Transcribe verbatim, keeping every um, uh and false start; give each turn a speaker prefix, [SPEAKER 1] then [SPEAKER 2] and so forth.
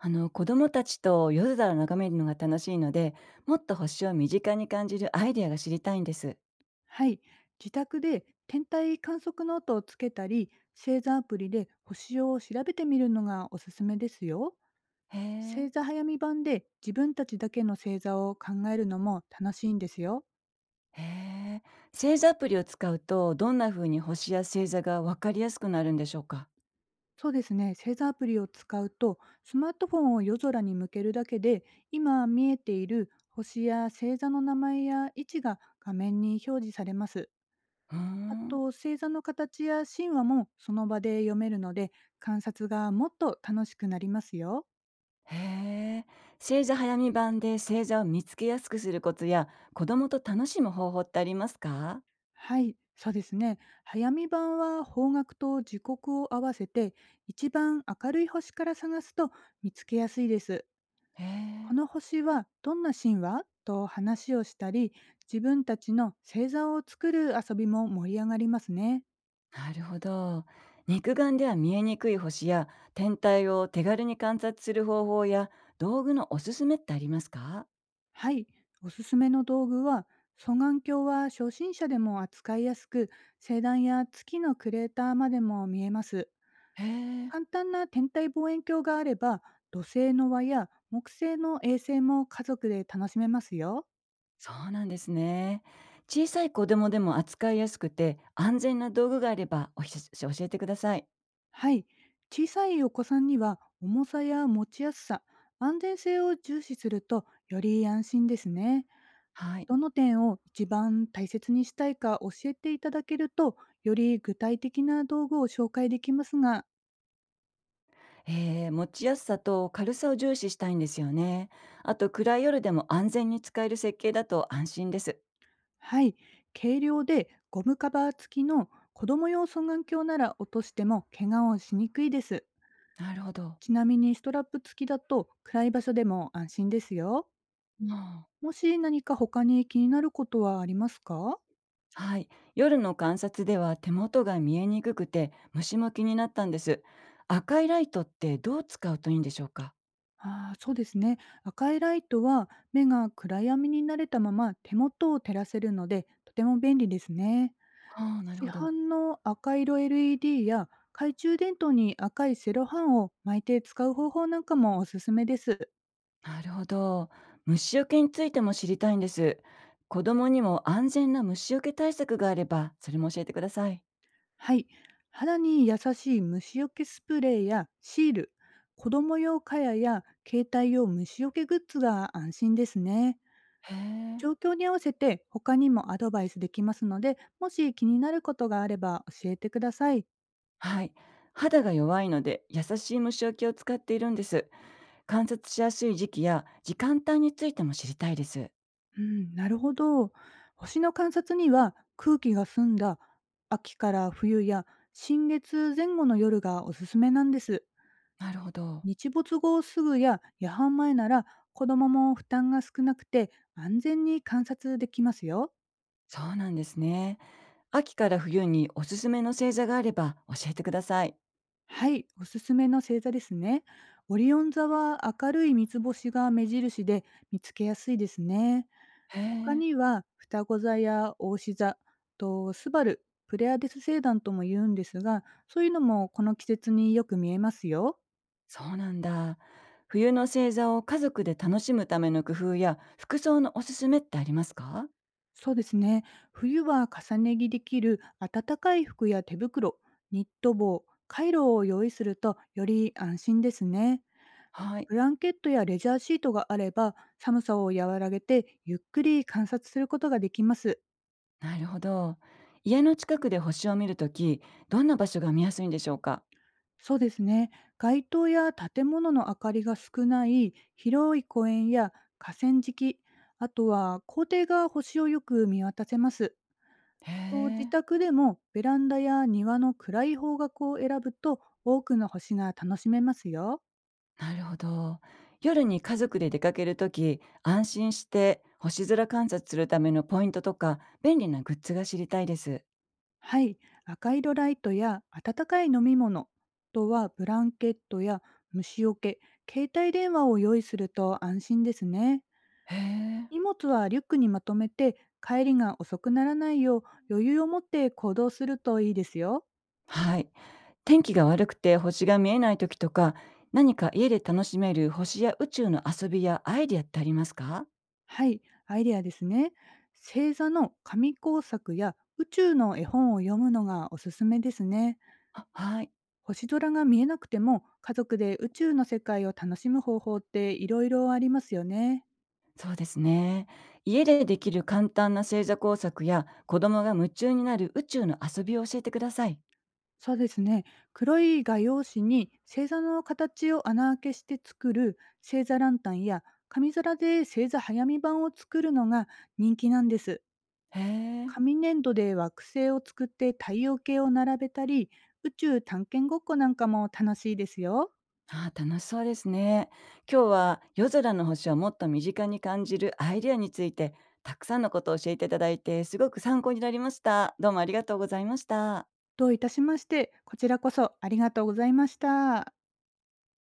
[SPEAKER 1] あの子供たちと夜空を眺めるのが楽しいので、もっと星を身近に感じるアイデアが知りたいんです。
[SPEAKER 2] はい、自宅で天体観測ノートをつけたり星座アプリで星を調べてみるのがおすすめですよ。
[SPEAKER 1] へえ。
[SPEAKER 2] 星座早見版で自分たちだけの星座を考えるのも楽しいんですよ。
[SPEAKER 1] へえ。星座アプリを使うと、どんな風に星や星座がわかりやすくなるんでしょうか。
[SPEAKER 2] そうですね、星座アプリを使うとスマートフォンを夜空に向けるだけで、今見えている星や星座の名前や位置が画面に表示されます。
[SPEAKER 1] うー
[SPEAKER 2] あと、
[SPEAKER 1] ん。
[SPEAKER 2] 星座の形や神話もその場で読めるので、観察がもっと楽しくなりますよ。
[SPEAKER 1] へえ。星座早見版で星座を見つけやすくするコツや、子供と楽しむ方法ってありますか。
[SPEAKER 2] はい、そうですね。早見版は方角と時刻を合わせて、一番明るい星から探すと見つけやすいです。
[SPEAKER 1] へ
[SPEAKER 2] こ
[SPEAKER 1] え。
[SPEAKER 2] の星はどんな神話と話をしたり、自分たちの星座を作る遊びも盛り上がりますね。
[SPEAKER 1] なるほど。肉眼では見えにくい星や天体を手軽に観察する方法や道具のおすすめってありますか？
[SPEAKER 2] はい、おすすめの道具は、双眼鏡は初心者でも扱いやすく、星団や月のクレーターまでも見えます。
[SPEAKER 1] へえ、
[SPEAKER 2] 簡単な天体望遠鏡があれば、土星の輪や木星の衛星も家族で楽しめますよ。
[SPEAKER 1] そうなんですね。小さい子供でも扱いやすくて安全な道具があればおひ教えてください。
[SPEAKER 2] はい。小さいお子さんには重さや持ちやすさ、安全性を重視するとより安心ですね。
[SPEAKER 1] はい。
[SPEAKER 2] どの点を一番大切にしたいか教えていただけると、より具体的な道具を紹介できますが、
[SPEAKER 1] えー、持ちやすさと軽さを重視したいんですよね。あと暗い夜でも安全に使える設計だと安心です。
[SPEAKER 2] はい。軽量でゴムカバー付きの子供用双眼鏡なら、落としても怪我をしにくいです。
[SPEAKER 1] なるほど。
[SPEAKER 2] ちなみにストラップ付きだと暗い場所でも安心ですよ。
[SPEAKER 1] うん。
[SPEAKER 2] もし何か他に気になることはありますか？
[SPEAKER 1] はい、夜の観察では手元が見えにくくて虫も気になったんです。赤いライトってどう使うといいんでしょうか？
[SPEAKER 2] ああー、そうですね。赤いライトは目が暗闇に慣れたまま手元を照らせるので、とても便利ですね。
[SPEAKER 1] ああ、なる
[SPEAKER 2] 市
[SPEAKER 1] ほど。
[SPEAKER 2] 販の赤色 エルイーディー や懐中電灯に赤いセロハンを巻いて使う方法なんかもおすすめです。
[SPEAKER 1] なるほど。虫除けについても知りたいんです。子供にも安全な虫除け対策があればそれも教えてください。
[SPEAKER 2] はい。肌に優しい虫除けスプレーやシール、子供用蚊帳や携帯用虫除けグッズが安心ですね。
[SPEAKER 1] へえ。
[SPEAKER 2] 状況に合わせて他にもアドバイスできますので、もし気になることがあれば教えてください。
[SPEAKER 1] はい。肌が弱いので優しい虫除けを使っているんです。観察しやすい時期や時間帯についても知りたいです。
[SPEAKER 2] うん、なるほど。星の観察には空気が澄んだ秋から冬や、新月前後の夜がおすすめなんです。
[SPEAKER 1] なるほど。
[SPEAKER 2] 日没後すぐや夜半前なら、子どもも負担が少なくて安全に観察できますよ。
[SPEAKER 1] そうなんですね。秋から冬におすすめの星座があれば教えてください。
[SPEAKER 2] はい、おすすめの星座ですね。オリオン座は明るい三つ星が目印で見つけやすいですね。
[SPEAKER 1] へ
[SPEAKER 2] 他
[SPEAKER 1] え、
[SPEAKER 2] には双子座や牡牛座、とスバル、プレアデス星団とも言うんですが、そういうのもこの季節によく見えますよ。
[SPEAKER 1] そうなんだ。冬の星座を家族で楽しむための工夫や服装のおすすめってありますか？
[SPEAKER 2] そうですね。冬は重ね着できる暖かい服や手袋、ニット帽、カイロを用意するとより安心ですね。
[SPEAKER 1] はい。
[SPEAKER 2] ブランケットやレジャーシートがあれば、寒さを和らげてゆっくり観察することができます。
[SPEAKER 1] なるほど。家の近くで星を見るとき、どんな場所が見やすいんでしょうか？
[SPEAKER 2] そうですね。街灯や建物の明かりが少ない広い公園や河川敷、あとは校庭が星をよく見渡せます。
[SPEAKER 1] へ
[SPEAKER 2] と、自
[SPEAKER 1] え、
[SPEAKER 2] 宅でもベランダや庭の暗い方角を選ぶと、多くの星が楽しめますよ。
[SPEAKER 1] なるほど。夜に家族で出かけるとき、安心して星空観察するためのポイントとか便利なグッズが知りたいです。
[SPEAKER 2] はい、赤色ライトや温かい飲み物、あとはブランケットや虫除け、携帯電話を用意すると安心ですね。
[SPEAKER 1] へえ。
[SPEAKER 2] 荷物はリュックにまとめて、帰りが遅くならないよう余裕を持って行動するといいですよ。
[SPEAKER 1] はい。天気が悪くて星が見えない時とか、何か家で楽しめる星や宇宙の遊びやアイディアってありますか？
[SPEAKER 2] はい、アイデアですね。星座の紙工作や宇宙の絵本を読むのがおすすめですね。
[SPEAKER 1] あ、はい。
[SPEAKER 2] 星空が見えなくても家族で宇宙の世界を楽しむ方法っていろいろありますよね。
[SPEAKER 1] そうですね。家でできる簡単な星座工作や子供が夢中になる宇宙の遊びを教えてください。
[SPEAKER 2] そうですね。黒い画用紙に星座の形を穴あけして作る星座ランタンや、紙皿で星座早見版を作るのが人気なんです。
[SPEAKER 1] へえ。
[SPEAKER 2] 紙粘土で惑星を作って太陽系を並べたり、宇宙探検ごっこなんかも楽しいですよ。
[SPEAKER 1] あー、楽しそうですね。今日は夜空の星をもっと身近に感じるアイディアについてたくさんのことを教えていただいてすごく参考になりました。どうもありがとうございました。
[SPEAKER 2] どういたしまして、こちらこそありがとうございました。